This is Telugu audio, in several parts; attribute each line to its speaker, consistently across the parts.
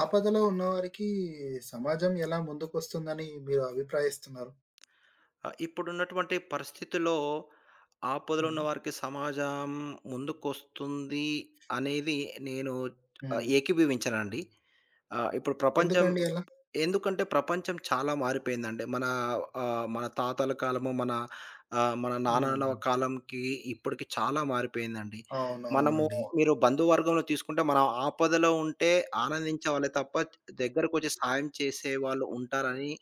Speaker 1: ఆపదలో ఉన్నవారికి సమాజం ఎలా ముందుకొస్తుందని మీరు అభిప్రాయిస్తున్నారు?
Speaker 2: ఆ! ఇప్పుడున్నటువంటి పరిస్థితుల్లో ఆపదలో ఉన్న
Speaker 1: హ్మ్.
Speaker 2: వారికి సమాజం ముందుకొస్తుంది అనేది నేను
Speaker 1: హ్మ్.
Speaker 2: ఏకీభవించనండి. ఆహ్, ఇప్పుడు ప్రపంచం
Speaker 1: ఎందుకండి అలా?
Speaker 2: ఎందుకంటే ప్రపంచం చాలా మారిపోయిందండి. మన తాతల కాలము, మన నాన్నల
Speaker 1: హ్మ్.
Speaker 2: కాలంకి ఇప్పటికి చాలా మారిపోయిందండి. మనము
Speaker 1: అవునవునండి.
Speaker 2: మీరు బంధువర్గంలో తీసుకుంటే మనం ఆపదలో ఉంటే ఆనందించేవాళ్ళే తప్ప దగ్గరకొచ్చి సాయం చేసేవాళ్ళు ఉంటారని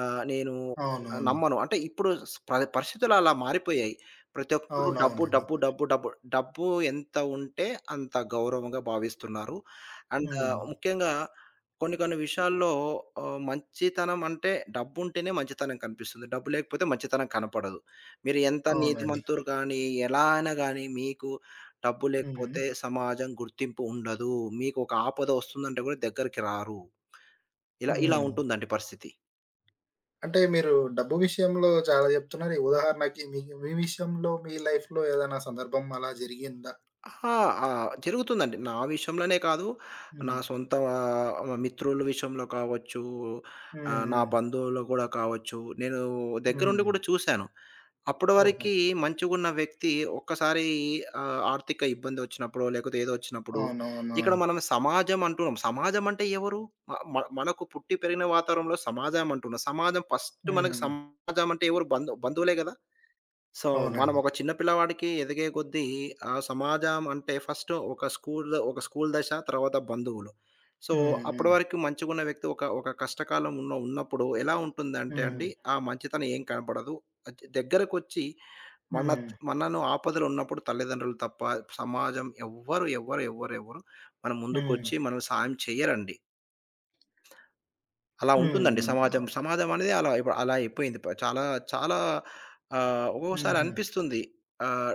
Speaker 2: నేను
Speaker 1: అవునవును.
Speaker 2: నమ్మను. అంటే ఇప్పుడు స్ ప పరిస్థితులు అలా మారిపోయాయి. ప్రతి ఒక్కరు డబ్బు,
Speaker 1: అవునవునండి.
Speaker 2: డబ్బు, డబ్బు, డబ్బు. డబ్బు ఎంత ఉంటే అంత గౌరవంగా భావిస్తున్నారు. అండ్
Speaker 1: హ్మ్.
Speaker 2: ముఖ్యంగా కొన్ని కొన్ని విషయాల్లో మంచితనం అంటే డబ్బుంటేనే మంచితనం కనిపిస్తుంది. డబ్బు లేకపోతే మంచితనం కనపడదు. మీరు ఎంత
Speaker 1: అవునండి.
Speaker 2: నీతిమంతులు గాని, ఎలా అయినా గాని మీకు డబ్బు
Speaker 1: హ్మ్.
Speaker 2: లేకపోతే సమాజం గుర్తింపు ఉండదు. మీకు ఒక ఆపద వస్తుందంటే కూడా దగ్గరికి రారు. ఇలా ఇలా
Speaker 1: హ్మ్.
Speaker 2: ఉంటుందండి పరిస్థితి.
Speaker 1: అంటే మీరు డబ్బు విషయంలో చాలా చెప్తున్నారు. ఉదాహరణకి మీ మీ విషయంలో మీ లైఫ్‌లో ఏదైనా సందర్భం అలా జరిగిందా?
Speaker 2: అహా! ఆ! జరుగుతుందండి. నా విషయంలోనే కాదు, నా
Speaker 1: హ్మ్.
Speaker 2: సొంత మిత్రుల విషయంలో కావచ్చు,
Speaker 1: హ్మ్.
Speaker 2: నా
Speaker 1: హ్మ్.
Speaker 2: బంధువులు కూడా కావచ్చు. నేను
Speaker 1: హ్మ్.
Speaker 2: దగ్గరుండి కూడా చూసాను. అప్పటి
Speaker 1: ఓహో!
Speaker 2: వరకి మంచిగున్న వ్యక్తి ఒక్కసారి ఆర్థిక ఇబ్బందొచ్చినప్పుడో, లేకపోతే ఏదో వచ్చినప్పుడు,
Speaker 1: అవునవునవును.
Speaker 2: ఇక్కడ మనం సమాజం అంటున్నాం. సమాజం అంటే ఎవరు? మ మ మనకు పుట్టి పెరిగిన వాతావరణంలో సమాజం అంటున్నాం. సమాజం ఫస్ట్ మనకు
Speaker 1: హ్మ్.
Speaker 2: సమాజం అంటే ఎవరు? బంధువులే గదా! సో, మనం
Speaker 1: అవునండి.
Speaker 2: ఒక చిన్న పిల్లవాడికి ఎదిగే కొద్దీ సమాజం అంటే ఫస్ట్ ఒక స్కూల్ దశ, తర్వాత బంధువులు. సో,
Speaker 1: హ్మ్.
Speaker 2: అప్పటి
Speaker 1: హ్మ్.
Speaker 2: వరకు మంచిగున్న వ్యక్తి ఒక ఒక కష్టకాలం ఉన్నప్పుడు ఎలా ఉంటుందంటే
Speaker 1: హ్మ్.
Speaker 2: అండి, ఆ మంచితనం ఏం కనపడదు. దగ్గరకొచ్చి మన
Speaker 1: హ్మ్.
Speaker 2: మనను ఆపదలో ఉన్నప్పుడు తల్లిదండ్రులు తప్ప, సమాజం ఎవ్వరు, ఎవ్వరు, ఎవ్వరు, ఎవ్వరు మన
Speaker 1: హ్మ్.
Speaker 2: ముందుకొచ్చి మనకు సాయం చెయ్యరండి. అలా
Speaker 1: హ్మ్.
Speaker 2: ఉంటుందండి
Speaker 1: హ్మ్.
Speaker 2: సమాజం. సమాజం అనేది అలా ఇప్పుడు అలా అయిపోయింది. చాలా చాలా ఒక్కొక్కసారి
Speaker 1: హుహు.
Speaker 2: అనిపిస్తుంది. ఆహ్,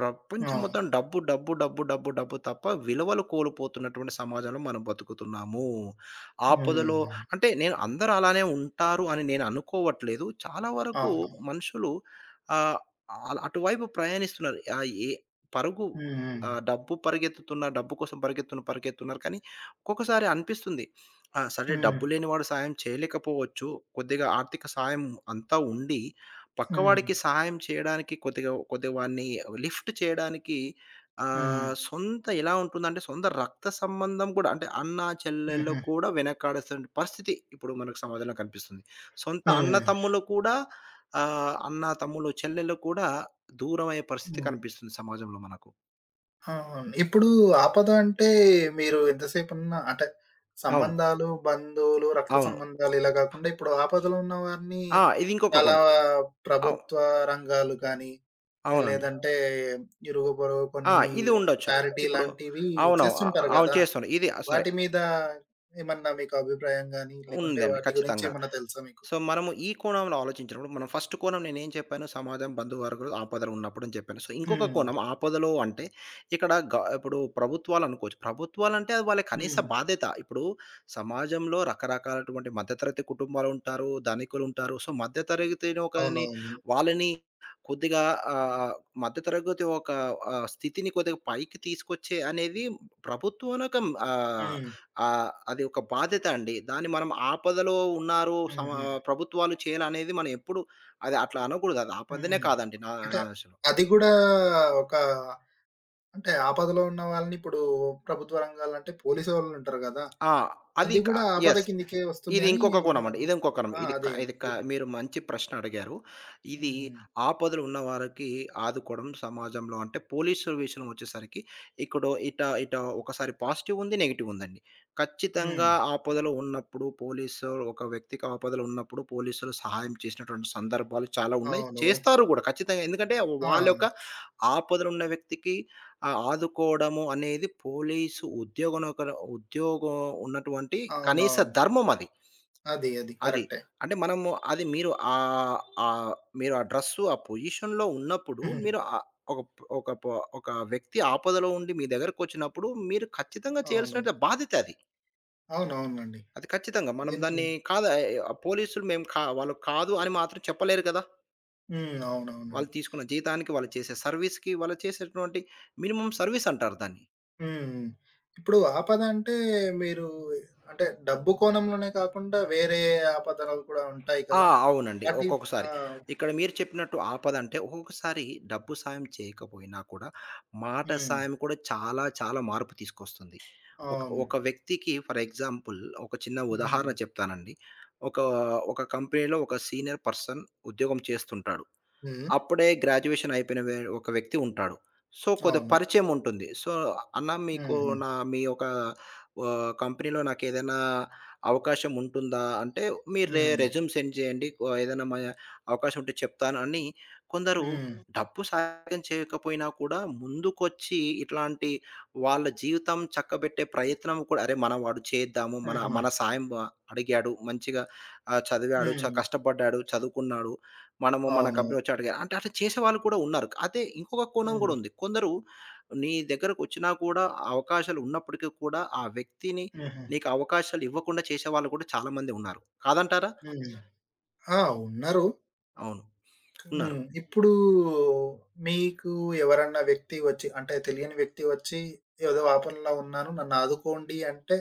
Speaker 2: ప్రపంచం మొత్తం
Speaker 1: అవును.
Speaker 2: డబ్బు, డబ్బు, డబ్బు, డబ్బు, డబ్బు తప్ప విలువలు కోల్పోతున్నటువంటి సమాజంలో మనం బతుకుతున్నాము. ఆపదలో
Speaker 1: హ్మ్.
Speaker 2: అంటే నేను అందరూ అలానే ఉంటారు అని నేను అనుకోవట్లేదు. చాలా వరకు
Speaker 1: అవును.
Speaker 2: మనుషులు ఆహ్, అల్ అటువైపు ప్రయాణిస్తున్నారు. ఆహ్, ఏ పరుగు
Speaker 1: హ్మ్.
Speaker 2: డబ్బు పరిగెత్తుతున్న డబ్బు కోసం పరిగెత్తున్నారు. కానీ ఒక్కొక్కసారి అనిపిస్తుంది. ఆ! సరే
Speaker 1: హ్మ్.
Speaker 2: డబ్బు లేనివాడు సాయం చేయలేకపోవచ్చు. కొద్దిగా ఆర్థిక సాయం అంతా ఉండి
Speaker 1: హ్మ్.
Speaker 2: పక్కవాడికి సహాయం చేయడానికి కొద్దిగా కొద్దిగా వాడిని లిఫ్ట్ చేయడానికి
Speaker 1: హ్మ్.
Speaker 2: సొంత ఎలా ఉంటుందంటే సొంత రక్త సంబంధం కూడా అంటే అన్న, చెల్లెళ్ళు
Speaker 1: హుహు.
Speaker 2: కూడా వెనకాడేస్తున్న పరిస్థితి ఇప్పుడు మనకు సమాజంలో కనిపిస్తుంది. సొంత అన్న,
Speaker 1: హ్మ్.
Speaker 2: తమ్ములు కూడా అన్న, తమ్ములు, చెల్లెళ్ళు కూడా దూరమయ్యే పరిస్థితి
Speaker 1: హ్మ్.
Speaker 2: కనిపిస్తుంది సమాజంలో మనకు.
Speaker 1: అవును. ఇప్పుడు ఆపద అంటే మీరు ఎంతసేపన్నా అంటే
Speaker 2: అవును.
Speaker 1: సంబంధాలు, బంధువులు, రక్త
Speaker 2: అవును.
Speaker 1: సంబంధాలు ఇలా కాకుండా ఇప్పుడు ఆపదలో ఉన్న వారిని
Speaker 2: ఆ! ఇది ఇంకొక
Speaker 1: చాలా
Speaker 2: కోణం. అవు
Speaker 1: ప్రభుత్వ రంగాలు కానీ,
Speaker 2: అవునండి.
Speaker 1: లేదంటే ఇరుగు పొరుగు
Speaker 2: ఆ!
Speaker 1: కొన్ని
Speaker 2: ఇది ఉండొచ్చు.
Speaker 1: చారిటీ
Speaker 2: ఇప్పుడు
Speaker 1: లాంటివి
Speaker 2: అవును.
Speaker 1: చేస్తుంటారు
Speaker 2: అవును
Speaker 1: గదా!
Speaker 2: చేస్తున్నారు. ఇది ఆ, సరే
Speaker 1: వాటి మీద ఏమన్నా మీకు అభిప్రాయం గాని, లేకుంటే
Speaker 2: ఉందండి
Speaker 1: వాటి గురించి
Speaker 2: ఖచ్చితంగా.
Speaker 1: ఏమన్నా తెలుసా మీకు?
Speaker 2: సో, మనము ఈ కోణంలో ఆలోచించినప్పుడు, మనం ఫస్ట్ కోణం నేనేం చెప్పాను, సమాజం, బంధువర్గులు ఆపదలో ఉన్నప్పుడు అని చెప్పాను. సో, ఇంకొక
Speaker 1: హ్మ్.
Speaker 2: కోణం ఆపదలో అంటే, ఇక్కడ ఇప్పుడు ప్రభుత్వాలనుకోవచ్చు. ప్రభుత్వాలంటే అది వాళ్ళ కనీస
Speaker 1: హ్మ్.
Speaker 2: బాధ్యత. ఇప్పుడు సమాజంలో రకరకాలటువంటి మధ్యతరగతి కుటుంబాలుంటారు, ధనికులుంటారు. సో, మధ్యతరగతిని ఒకని
Speaker 1: అవునవును.
Speaker 2: వాళ్ళని కొద్దిగా ఆహ్, మధ్యతరగతి ఒక స్థితిని కొద్దిగా పైకి తీసుకొచ్చే అనేది ప్రభుత్వం ఒక ఆహ్,
Speaker 1: హ్మ్.
Speaker 2: ఆహ్, అది ఒక బాధ్యత అండి. దాన్ని మనం ఆపదలో ఉన్నారు
Speaker 1: హుహు.
Speaker 2: ప్రభుత్వాలు చేయాలనేది మనం ఎప్పుడు అది అట్లా అనకూడదు. అది
Speaker 1: హ్మ్.
Speaker 2: ఆపదనే
Speaker 1: హ్మ్.
Speaker 2: కాదండి నా
Speaker 1: అంటే
Speaker 2: నా దృష్టిలో.
Speaker 1: అది గూడా ఒక అంటే ఆపదలో ఉన్న వాళ్ళని ఇప్పుడు ప్రభుత్వ రంగాలంటే పోలీసోళ్ళుంటారు గదా!
Speaker 2: ఆ! అది
Speaker 1: అది
Speaker 2: క
Speaker 1: గూడా ఆపద
Speaker 2: యెస్.
Speaker 1: కిందకే వస్తుంది
Speaker 2: ఇది
Speaker 1: అని
Speaker 2: ఇంకొక
Speaker 1: నేను
Speaker 2: కోణమండి.
Speaker 1: అన్
Speaker 2: ఇది ఇంకొక కోణం.
Speaker 1: ఆ!
Speaker 2: ఇది క
Speaker 1: అదే
Speaker 2: ఇది క
Speaker 1: మీరు
Speaker 2: మీరు మంచి ప్రశ్న అడిగారు. ఇది
Speaker 1: హ్మ్.
Speaker 2: ఆపదలో ఉన్న వారికి ఆదుకోవడం సమాజంలో అంటే పోలీసు విషయం వచ్చేసరికి ఇప్పుడు ఇట ఇట ఒకసారి పాజిటివ్ ఉంది, నెగెటివ్ ఉందండి.
Speaker 1: హ్మ్.
Speaker 2: ఖచ్చితంగా ఆపదలో ఉన్నప్పుడు పోలీసు ఒక వ్యక్తికి ఆపదలో ఉన్నప్పుడు పోలీసులు సహాయం చేసినటువంటి సందర్భాలు చాలా ఉన్నాయి.
Speaker 1: అవును.
Speaker 2: చేస్తారు కూడా ఖచ్చితంగా. ఎందుకంటే
Speaker 1: ఆ!
Speaker 2: వాళ్ళ యొక్క ఆపదలో ఉన్న వ్యక్తికి ఆదుకోవడము అనేది పోలీసు ఉద్యోగనొకరు ఉద్యోగం ఉన్నటువంటి కనీస
Speaker 1: అవునవును.
Speaker 2: ధర్మం అది.
Speaker 1: అది. అది.
Speaker 2: అది.
Speaker 1: కరెక్టే.
Speaker 2: అంటే మనము అది మీరు ఆహ్, ఆహ్, మీరు ఆ డ్రెస్సు, ఆ పొజిషన్‌లో ఉన్నప్పుడు మీరు ఒక ప్ ఒక ప ఒక వ్యక్తి ఆపదలో ఉండి మీ దగ్గరకొచ్చినప్పుడు మీరు ఖచ్చితంగా
Speaker 1: అవును.
Speaker 2: చేయాల్సిన బాధ్యత అది.
Speaker 1: అవునవునండి.
Speaker 2: అది ఖచ్చితంగా. మనం
Speaker 1: దీనికి
Speaker 2: దాన్ని కాదా పోలీసులు మేము వాళ్ళు కాదు అని మాత్రం చెప్పలేరు కదా!
Speaker 1: హ్మ్. అవునవునండి.
Speaker 2: వాళ్ళు తీసుకున్న జీతానికి, వాళ్ళు చేసే సర్వీస్‌కి, వాళ్ళు చేసేటువంటి మినిమమ్ సర్వీస్ అంటారు దాన్ని.
Speaker 1: హ్మ్. ఇప్పుడు ఆపద అంటే మీరు అంటే డబ్బు కోణంలోనే కాకుండా వేరే ఆపదలు కూడా ఉంటాయి
Speaker 2: ఆ!
Speaker 1: కదా!
Speaker 2: అవునండి.
Speaker 1: వాటి ఆ!
Speaker 2: ఒక్కొక్కసారి. ఇక్కడ మీరు చెప్పినట్టు ఆపదంటే ఒక్కొక్కసారి డబ్బు సాయం చేయకపోయినా కూడా మాట
Speaker 1: హ్మ్.
Speaker 2: సాయం కూడా చాలా చాలా మార్పు తీసుకొస్తుంది. ఒక
Speaker 1: అవును.
Speaker 2: ఒక వ్యక్తికి ఫర్ ఎగ్జాంపుల్ ఒక చిన్న
Speaker 1: హ్మ్.
Speaker 2: ఉదాహరణ చెప్తానండి. ఒక ఒక కంపెనీలో ఒక సీనియర్ పర్సన్ ఉద్యోగం చేస్తుంటాడు.
Speaker 1: హ్మ్.
Speaker 2: అప్పుడే గ్రాడ్యుయేషన్ అయిపోయిన ఒక వ్యక్తి ఉంటాడు. సో, కొద్దిగా
Speaker 1: అవును.
Speaker 2: పరిచయం ఉంటుంది. సో, "అన్న మీకు
Speaker 1: హుహు.
Speaker 2: నా మీ యొక్క కంపెనీలో నాకేదైనా అవకాశం ఉంటుందా?" అంటే, "మీరు
Speaker 1: హ్మ్.
Speaker 2: రెజ్యూమ్ సెండ్ చేయండి. ఏదైనా అవకాశం ఉంటే చెప్తాను" అని కొందరు
Speaker 1: హ్మ్.
Speaker 2: డబ్బు సహాయం చేయకపోయినా కూడా ముందుకొచ్చి ఇట్లాంటి వాళ్ళ జీవితం చక్కబెట్టే ప్రయత్నం కూడా, "అరే! మన వాడు చేద్దాము. మన
Speaker 1: హుహు.
Speaker 2: మన సాయం అడిగాడు. మంచిగా చదివాడు.
Speaker 1: హ్మ్.
Speaker 2: కష్టపడ్డాడు. చదువుకున్నాడు. మనము మన
Speaker 1: అవును.
Speaker 2: కంపెనీ వచ్చి అడిగారు. అంటే అట్లా చేసేవాళ్ళు కూడా ఉన్నారు. అదే ఇంకొక కోణం కూడా
Speaker 1: హ్మ్.
Speaker 2: ఉంది. కొందరు నీ దగ్గరకొచ్చినా కూడా అవకాశాలు ఉన్నప్పటికీ కూడా ఆ వ్యక్తిని
Speaker 1: హుహు.
Speaker 2: నీకు అవకాశాలు ఇవ్వకుండా చేసేవాళ్ళు కూడా చాలామంది ఉన్నారు. కాదంటారా?
Speaker 1: హ్మ్. ఆ! ఉన్నారు.
Speaker 2: అవును. ఉన్నారు.
Speaker 1: హ్మ్. ఇప్పుడు మీకు ఎవరన్నా వ్యక్తి వచ్చి అంటే తెలియని వ్యక్తి వచ్చి ఏదో ఆపదలో ఉన్నాను నన్ను ఆదుకోండి అంటే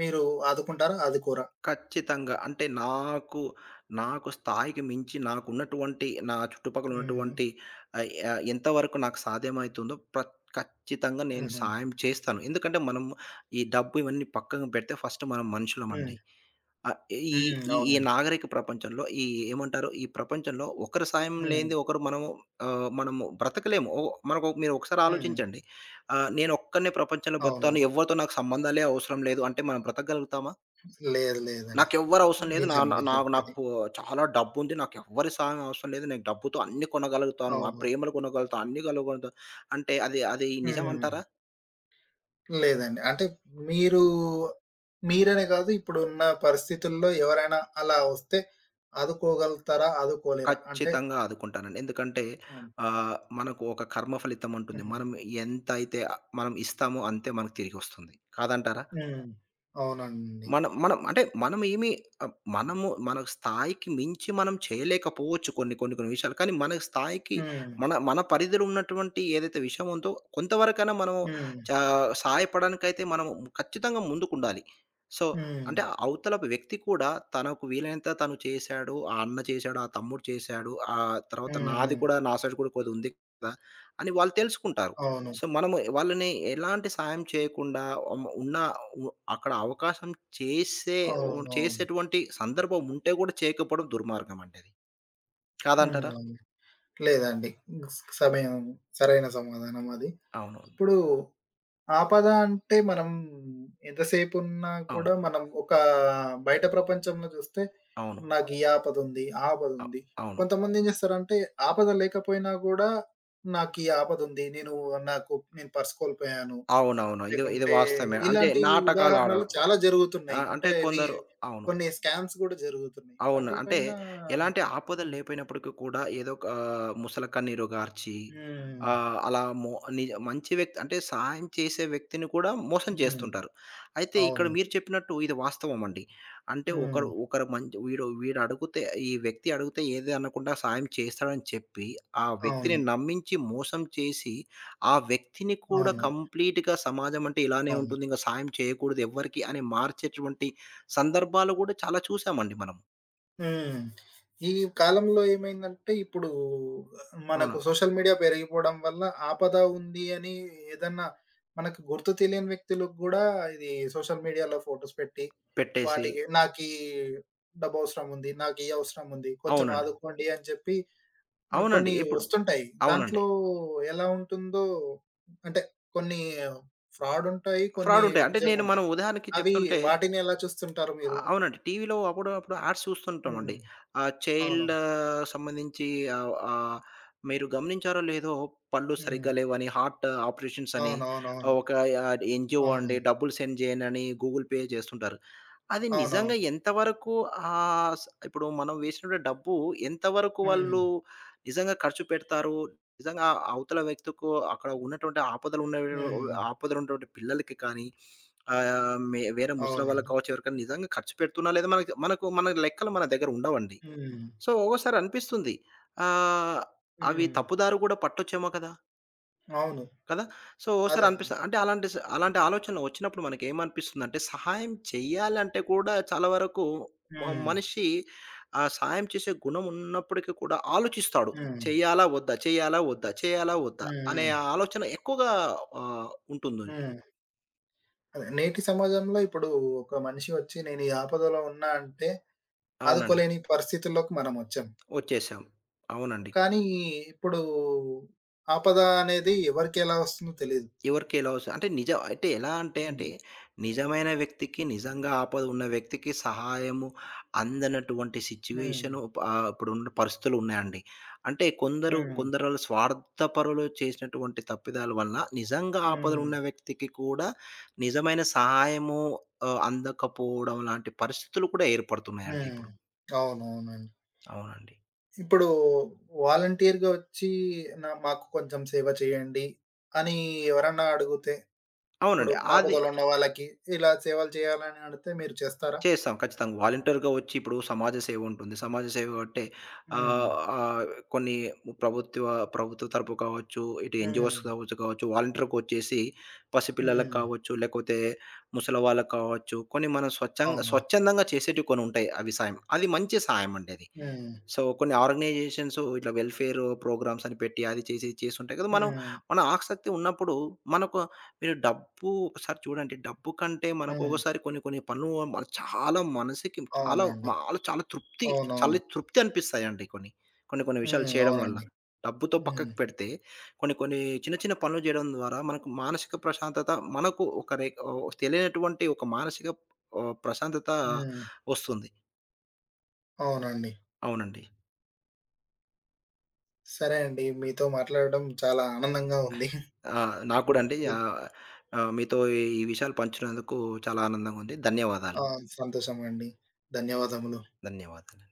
Speaker 1: మీరు ఆదుకుంటారా? ఆదుకోరా?
Speaker 2: ఖచ్చితంగా. అంటే నాకు స్థాయికి మించి నాకున్నటువంటి నా చుట్టుపక్కల
Speaker 1: హ్మ్.
Speaker 2: ఉన్నటువంటి ఆహ్, ఆహ్, ఎంతవరకు నాకు సాధ్యమైతుందో ఖచ్చితంగా నేను
Speaker 1: హుహు.
Speaker 2: సాయం చేస్తాను. ఎందుకంటే మనం ఈ డబ్బు ఇవన్నీ పక్కన పెడితే ఫస్ట్ మనం
Speaker 1: హ్మ్.
Speaker 2: మనుషులమండి. ఆ! ఈ
Speaker 1: హ్మ్.
Speaker 2: ఈ ఈ
Speaker 1: అవునండి.
Speaker 2: నాగరిక ప్రపంచంలో ఏమంటారు? ఈ ప్రపంచంలో ఒకరి సాయం
Speaker 1: హ్మ్.
Speaker 2: లేనిదే ఒకరు మనము బ్రతకలేము. మనకు మీరు ఒకసారి
Speaker 1: హ్మ్.
Speaker 2: ఆలోచించండి. నేను ఒక్కడినే ప్రపంచంలో
Speaker 1: అవును.
Speaker 2: బ్రతుకుతాను. ఎవ్వరితో నాకు సంబంధాలే అవసరం లేదు అంటే మనం బ్రతకగలుగుతామా?
Speaker 1: లేదు లేదండి.
Speaker 2: నాకెవ్వరు అవసరం లేదు. నా
Speaker 1: నిజం
Speaker 2: నా
Speaker 1: మీరు
Speaker 2: నాకు
Speaker 1: చెప్పేది.
Speaker 2: నాకు చాలా డబ్బుంది. నాకెవ్వరి సహాయం అవసరం లేదు. నేను డబ్బుతో అన్నీ కొనగలుగుతాను. ఆ
Speaker 1: అవును.
Speaker 2: ప్రేమలు కొనగలుగుతాను. అన్నీ కొనగలుగుతాను. అంటే అది అది నిజం
Speaker 1: హ్మ్.
Speaker 2: అంటారా?
Speaker 1: లేదండి. అంటే మీరు మీరనే కాదు ఇప్పుడున్న పరిస్థితుల్లో ఎవరైనా అలా వస్తే ఆదుకోగలుగుతారా? ఆదుకోలేరా? అంటే
Speaker 2: ఖచ్చితంగా ఆదుకుంటానండి. ఎందుకంటే
Speaker 1: అవును.
Speaker 2: మనకు ఒక కర్మ ఫలితం ఉంటుంది.
Speaker 1: హుహు.
Speaker 2: మనం ఎంతైతే మనం ఇస్తామో అంతే మనకు తిరిగొస్తుంది. కాదంటారా?
Speaker 1: హ్మ్. అవునండి.
Speaker 2: మనం మనం అంటే మనం ఏమి మనము మన స్థాయికి మించి మనం చేయలేకపోవచ్చు కొన్ని కొన్ని కొన్ని విషయాలు. కానీ మన స్థాయికి
Speaker 1: హ్మ్.
Speaker 2: మన మన పరిధిలో ఉన్నటువంటి ఏదైతే విషయం ఉందో కొంతవరకైనా మనం
Speaker 1: హ్మ్.
Speaker 2: చా సహాయపడడానికైతే మనం ఖచ్చితంగా ముందుకుండాలి. సో,
Speaker 1: హ్మ్.
Speaker 2: అంటే అవతల వ్యక్తి కూడా తనకు వీలైనంత తను చేశాడు. ఆ అన్న చేశాడు, ఆ తమ్ముడు చేశాడు. తర్వాత
Speaker 1: హ్మ్.
Speaker 2: నాది
Speaker 1: హ్మ్.
Speaker 2: కూడా నా సైడ్ కూడా కొద్దిగా ఉంది కదా! అని వాళ్ళు తెలుసుకుంటారు.
Speaker 1: అవును.
Speaker 2: సో, మనము వాళ్ళని ఎలాంటి సాయం చేయకుండా ఉమ్ ఉన్న ఉ అక్కడ అవకాశం చేసే
Speaker 1: అవునవును.
Speaker 2: చేసేటువంటి సందర్భం ఉంటే కూడా చేయకపోవడం దుర్మార్గం అండి అది.
Speaker 1: హ్మ్.
Speaker 2: కాదంటారా?
Speaker 1: అవును. లేదండి. సమయం సరైన సమాధానం అది.
Speaker 2: అవునవును.
Speaker 1: ఇప్పుడు ఆపద అంటే మనం ఎంతసేపున్నా కూడా
Speaker 2: అవును.
Speaker 1: మనం ఒక బయట ప్రపంచంలో చూస్తే
Speaker 2: అవును.
Speaker 1: నాకు ఈ ఆపద ఉంది, ఆ ఆపద
Speaker 2: అ
Speaker 1: ఉంది.
Speaker 2: అవును.
Speaker 1: కొంతమంది ఏం చేస్తారంటే ఆపద లేకపోయినా కూడా నాకు ఈ ఆపద ఉంది. నేను పర్స్ కోల్పోయాను.
Speaker 2: అవునవును. ఇది ఇది
Speaker 1: లేకుంటే
Speaker 2: వాస్తవమే. అంటే
Speaker 1: ఇలాంటి
Speaker 2: నాటకాలు
Speaker 1: ఉదాహరణలు
Speaker 2: ఆడడం.
Speaker 1: చాలా జరుగుతున్నాయి.
Speaker 2: అంటే
Speaker 1: అంటే ఇవి
Speaker 2: కొందరు అవును.
Speaker 1: కొన్ని స్కామ్స్ కూడా జరుగుతున్నాయి.
Speaker 2: అవును. అంటే
Speaker 1: వాటిపైన
Speaker 2: ఎలాంటి ఆపదలు
Speaker 1: హ్మ్.
Speaker 2: లేపోయినప్పటికి కూడా ఏదో ఒక ముసల కన్నీరు గార్చి
Speaker 1: హ్మ్.
Speaker 2: ఆహ్, అలా మో మంచి వ్యక్తి అంటే సహాయం చేసే వ్యక్తిని కూడా మోసం
Speaker 1: హ్మ్.
Speaker 2: చేస్తుంటారు. అయితే ఇక్కడ
Speaker 1: అవును.
Speaker 2: మీరు చెప్పినట్టు ఇది వాస్తవం అండి. అంటే ఒకరు
Speaker 1: హ్మ్.
Speaker 2: ఒకరు మంచి వీడు వీడు అడుగుతే ఈ వ్యక్తి అడిగితే ఏది అనకుండా సాయం చేస్తాడని చెప్పి ఆ వ్యక్తిని
Speaker 1: అవును.
Speaker 2: నమ్మించి మోసం చేసి ఆ వ్యక్తిని కూడా
Speaker 1: అవును.
Speaker 2: కంప్లీట్‌గా సమాజం అంటే ఇలానే
Speaker 1: అవును.
Speaker 2: ఉంటుంది. ఇంక సాయం చేయకూడదు ఎవ్వరికీ అని మార్చేటువంటి సందర్భాలు కూడా చాలా చూసామండి మనం.
Speaker 1: హ్మ్. ఈ కాలంలో ఏమైందంటే ఇప్పుడు
Speaker 2: అవును.
Speaker 1: మనకు సోషల్ మీడియా పెరిగిపోవడం వల్ల ఆపద ఉంది అని ఏదన్నా మనకు గుర్తు తెలియని వ్యక్తులకు గూడా ఇది సోషల్ మీడియాలో ఫోటోస్ పెట్టి
Speaker 2: పెట్టేసి
Speaker 1: వాటికి నాకీ డబ్బవసరం ఉంది. నాకు ఈ అవసరం ఉంది. కొంచెం
Speaker 2: అవునండి.
Speaker 1: ఆదుకోండి అని చెప్పి ఆహ్,
Speaker 2: అవునండి.
Speaker 1: కొన్ని
Speaker 2: ఇప్పుడు
Speaker 1: వస్తుంటాయి.
Speaker 2: అవునండి.
Speaker 1: దాంట్లో ఎలా ఉంటుందో అంటే కొన్ని ఫ్రాడ్ ఉంటాయి. కొన్ని
Speaker 2: ఫ్రాడుంటాయి. అంటే నేను మనం
Speaker 1: నిజంగుంటాయి.
Speaker 2: ఉదాహరణకి
Speaker 1: అవి
Speaker 2: చెప్తుంటే
Speaker 1: వాటిని ఎలా చూస్తుంటారు
Speaker 2: ఆ,
Speaker 1: మీరు?
Speaker 2: అవునండి. టీవీలో అప్పుడప్పుడు యాడ్స్
Speaker 1: హ్మ్.
Speaker 2: చూస్తుంటామండి. ఆ
Speaker 1: అవును.
Speaker 2: చైల్డ్ సంబంధించి ఆహ్, ఆహ్, మీరు గమనించారో లేదో పళ్ళు
Speaker 1: హ్మ్.
Speaker 2: సరిగ్గా లేవని, హార్ట్ ఆపరేషన్స్ అని, ఆ,
Speaker 1: అవునవునవును.
Speaker 2: ఒక ఎన్‌జీఓ
Speaker 1: అవును.
Speaker 2: అండి డబ్బులు సెండ్ చేయనని గూగుల్ పే చేస్తుంటారు. అది నిజంగా
Speaker 1: అవునవును.
Speaker 2: ఎంతవరకు ఆహ్, స్ ఇప్పుడు మనం వేసినటువంటి డబ్బు ఎంతవరకు
Speaker 1: హ్మ్.
Speaker 2: వాళ్ళు నిజంగా ఖర్చు పెడతారు? నిజంగా ఆ అవతల వ్యక్తుకు అక్కడ ఉన్నటువంటి
Speaker 1: హ్మ్.
Speaker 2: ఆపదలు ఉన్నటువంటి పిల్లలకి కానీ, ఆహ్, మే వేరే ముసలి వాళ్ళకి
Speaker 1: అవునండి.
Speaker 2: కావచ్చు, ఎవరికైనా నిజంగా ఖర్చు పెడుతున్నా లేదా మనకు మనకు మన లెక్కలు మన దగ్గర ఉండవండి.
Speaker 1: హ్మ్.
Speaker 2: సో, ఒక్కోసారి అనిపిస్తుంది. ఆహ్, అవి
Speaker 1: హ్మ్.
Speaker 2: తప్పుదారి కూడా పట్టొచ్చేమో కదా!
Speaker 1: అవును.
Speaker 2: కదా! సో, ఓసారి
Speaker 1: అదే.
Speaker 2: అనిపిస్తది. అంటే అలాంటి ఆలోచనలు వచ్చినప్పుడు మనకేమనిపిస్తుందంటే, సహాయం చేయాలంటే కూడా చాలా వరకు మ
Speaker 1: హ్మ్.
Speaker 2: మనిషి సహాయం చేసే గుణం ఉన్నప్పటికీ కూడా ఆలోచిస్తాడు.
Speaker 1: హ్మ్.
Speaker 2: చేయాలా? వద్దా? చేయాలా? వద్దా? చేయాలా? వద్దా? అనే
Speaker 1: హ్మ్.
Speaker 2: ఆలోచన ఎక్కువగా ఆహ్, ఉంటుంది.
Speaker 1: హ్మ్. అదే నేటి సమాజంలో ఇప్పుడు ఒక మనిషి వచ్చి నేను ఈ ఆపదలో ఉన్నా అంటే
Speaker 2: అవునండి.
Speaker 1: ఆదుకోలేని పరిస్థితుల్లోకి మనం వచ్చాం.
Speaker 2: వచ్చేసాం. అవునండి.
Speaker 1: కానీ ఇప్పుడు ఆపద అనేది ఎవరికి ఎలా వస్తుందో తెలీదు.
Speaker 2: ఎవరికీ ఎలా వస్తది? అంటే నిజం అంటే ఎలా అంటే అంటే
Speaker 1: హ్మ్.
Speaker 2: నిజమైన వ్యక్తికి, నిజంగా ఆపద ఉన్న వ్యక్తికి సహాయము అందనటువంటి
Speaker 1: హ్మ్.
Speaker 2: సిట్యుయేషను ఇప్పుడున్న పరిస్థితులు ఉన్నాయండి. అంటే కొందరు
Speaker 1: హ్మ్.
Speaker 2: కొందరు స్వార్థపరులు చేసినటువంటి తప్పిదాల వల్ల నిజంగా ఆపదలో
Speaker 1: హ్మ్.
Speaker 2: ఉన్న వ్యక్తికి కూడా నిజమైన సహాయము అందకపోవడం లాంటి పరిస్థితులు కూడా ఏర్పడుతున్నాయండి
Speaker 1: హ్మ్.
Speaker 2: ఇప్పుడు.
Speaker 1: అవునవునండి.
Speaker 2: అవునండి.
Speaker 1: ఇప్పుడు వాలంటీర్‌గా వచ్చి నా మాకు కొంచెం సేవ చేయండి అని ఎవరన్నా అడుగుతే, ఇప్పుడు
Speaker 2: అవునండి. అది
Speaker 1: ఆపదలో ఉన్న వాళ్ళకి ఇలా సేవలు చేయాలని అడిగితే మీరు చేస్తారా?
Speaker 2: చేస్తాం. ఖచ్చితంగా. వాలంటీర్‌గా వచ్చి ఇప్పుడు సమాజ సేవ ఉంటుంది. సమాజ సేవ అంటే
Speaker 1: హ్మ్.
Speaker 2: ఆహ్, ఆహ్, కొన్ని ప్రభుత్వ ప్రభుత్వ తరపు కావచ్చు, ఇటు ఎన్‌జీఓస్
Speaker 1: హ్మ్.
Speaker 2: కావచ్చు కావచ్చు వాలంటీర్‌గా వచ్చేసి పసిపిల్లలకు
Speaker 1: హ్మ్.
Speaker 2: కావచ్చు, లేకపోతే ముసలి వాళ్ళకి కావచ్చు, కొన్ని మనం
Speaker 1: అవును.
Speaker 2: స్వచ్ఛందంగా చేసేటివి కొన్ని ఉంటాయి అవి సాయం. అది మంచి సాయం అండి అది.
Speaker 1: హ్మ్.
Speaker 2: సో, కొన్ని ఆర్గనైజేషన్స్ ఇట్లా వెల్‌ఫేర్ ప్రోగ్రామ్స్ అని పెట్టి, అది చేసి, ఇది చేసి ఉంటాయి కదా! మనం
Speaker 1: హ్మ్.
Speaker 2: మన ఆసక్తి ఉన్నప్పుడు మనకు మీరు డబ్బు ఒకసారి చూడండి. డబ్బు కంటే మనకు
Speaker 1: హ్మ్.
Speaker 2: ఒక్కోసారి కొన్ని కొన్ని పనులు మన చాలా మనసుకి
Speaker 1: అవునండి.
Speaker 2: మాల చాలా తృప్తి
Speaker 1: అవునవును.
Speaker 2: చాలా తృప్తి అనిపిస్తాయండి కొన్ని. కొన్ని కొన్ని విషయాలు
Speaker 1: హ్మ్.
Speaker 2: చేయడం వల్ల.
Speaker 1: అవునండి.
Speaker 2: డబ్బుతో
Speaker 1: హ్మ్.
Speaker 2: పక్కకు పెడితే కొన్ని కొన్ని చిన్న చిన్న పనులు చేయడం ద్వారా మనకు మానసిక ప్రశాంతత మనకు ఒక రే ఓ తెలియనటువంటి ఒక మానసిక ప్రశాంతత
Speaker 1: హ్మ్.
Speaker 2: వస్తుంది.
Speaker 1: అవునండి.
Speaker 2: అవునండి.
Speaker 1: సరే అండి. మీతో మాట్లాడడం చాలా ఆనందంగా ఉంది.
Speaker 2: ఆ! నాకు కూడా
Speaker 1: హ్మ్.
Speaker 2: అండి.
Speaker 1: హ్మ్.
Speaker 2: ఆహ్, ఆహ్, మీతో ఈ ఈ విషయాలు పంచుకున్నందుకు చాలా ఆనందంగా ఉంది. ధన్యవాదాలు.
Speaker 1: ఆ! సంతోషమండి. ధన్యవాదములు.
Speaker 2: ధన్యవాదాలు.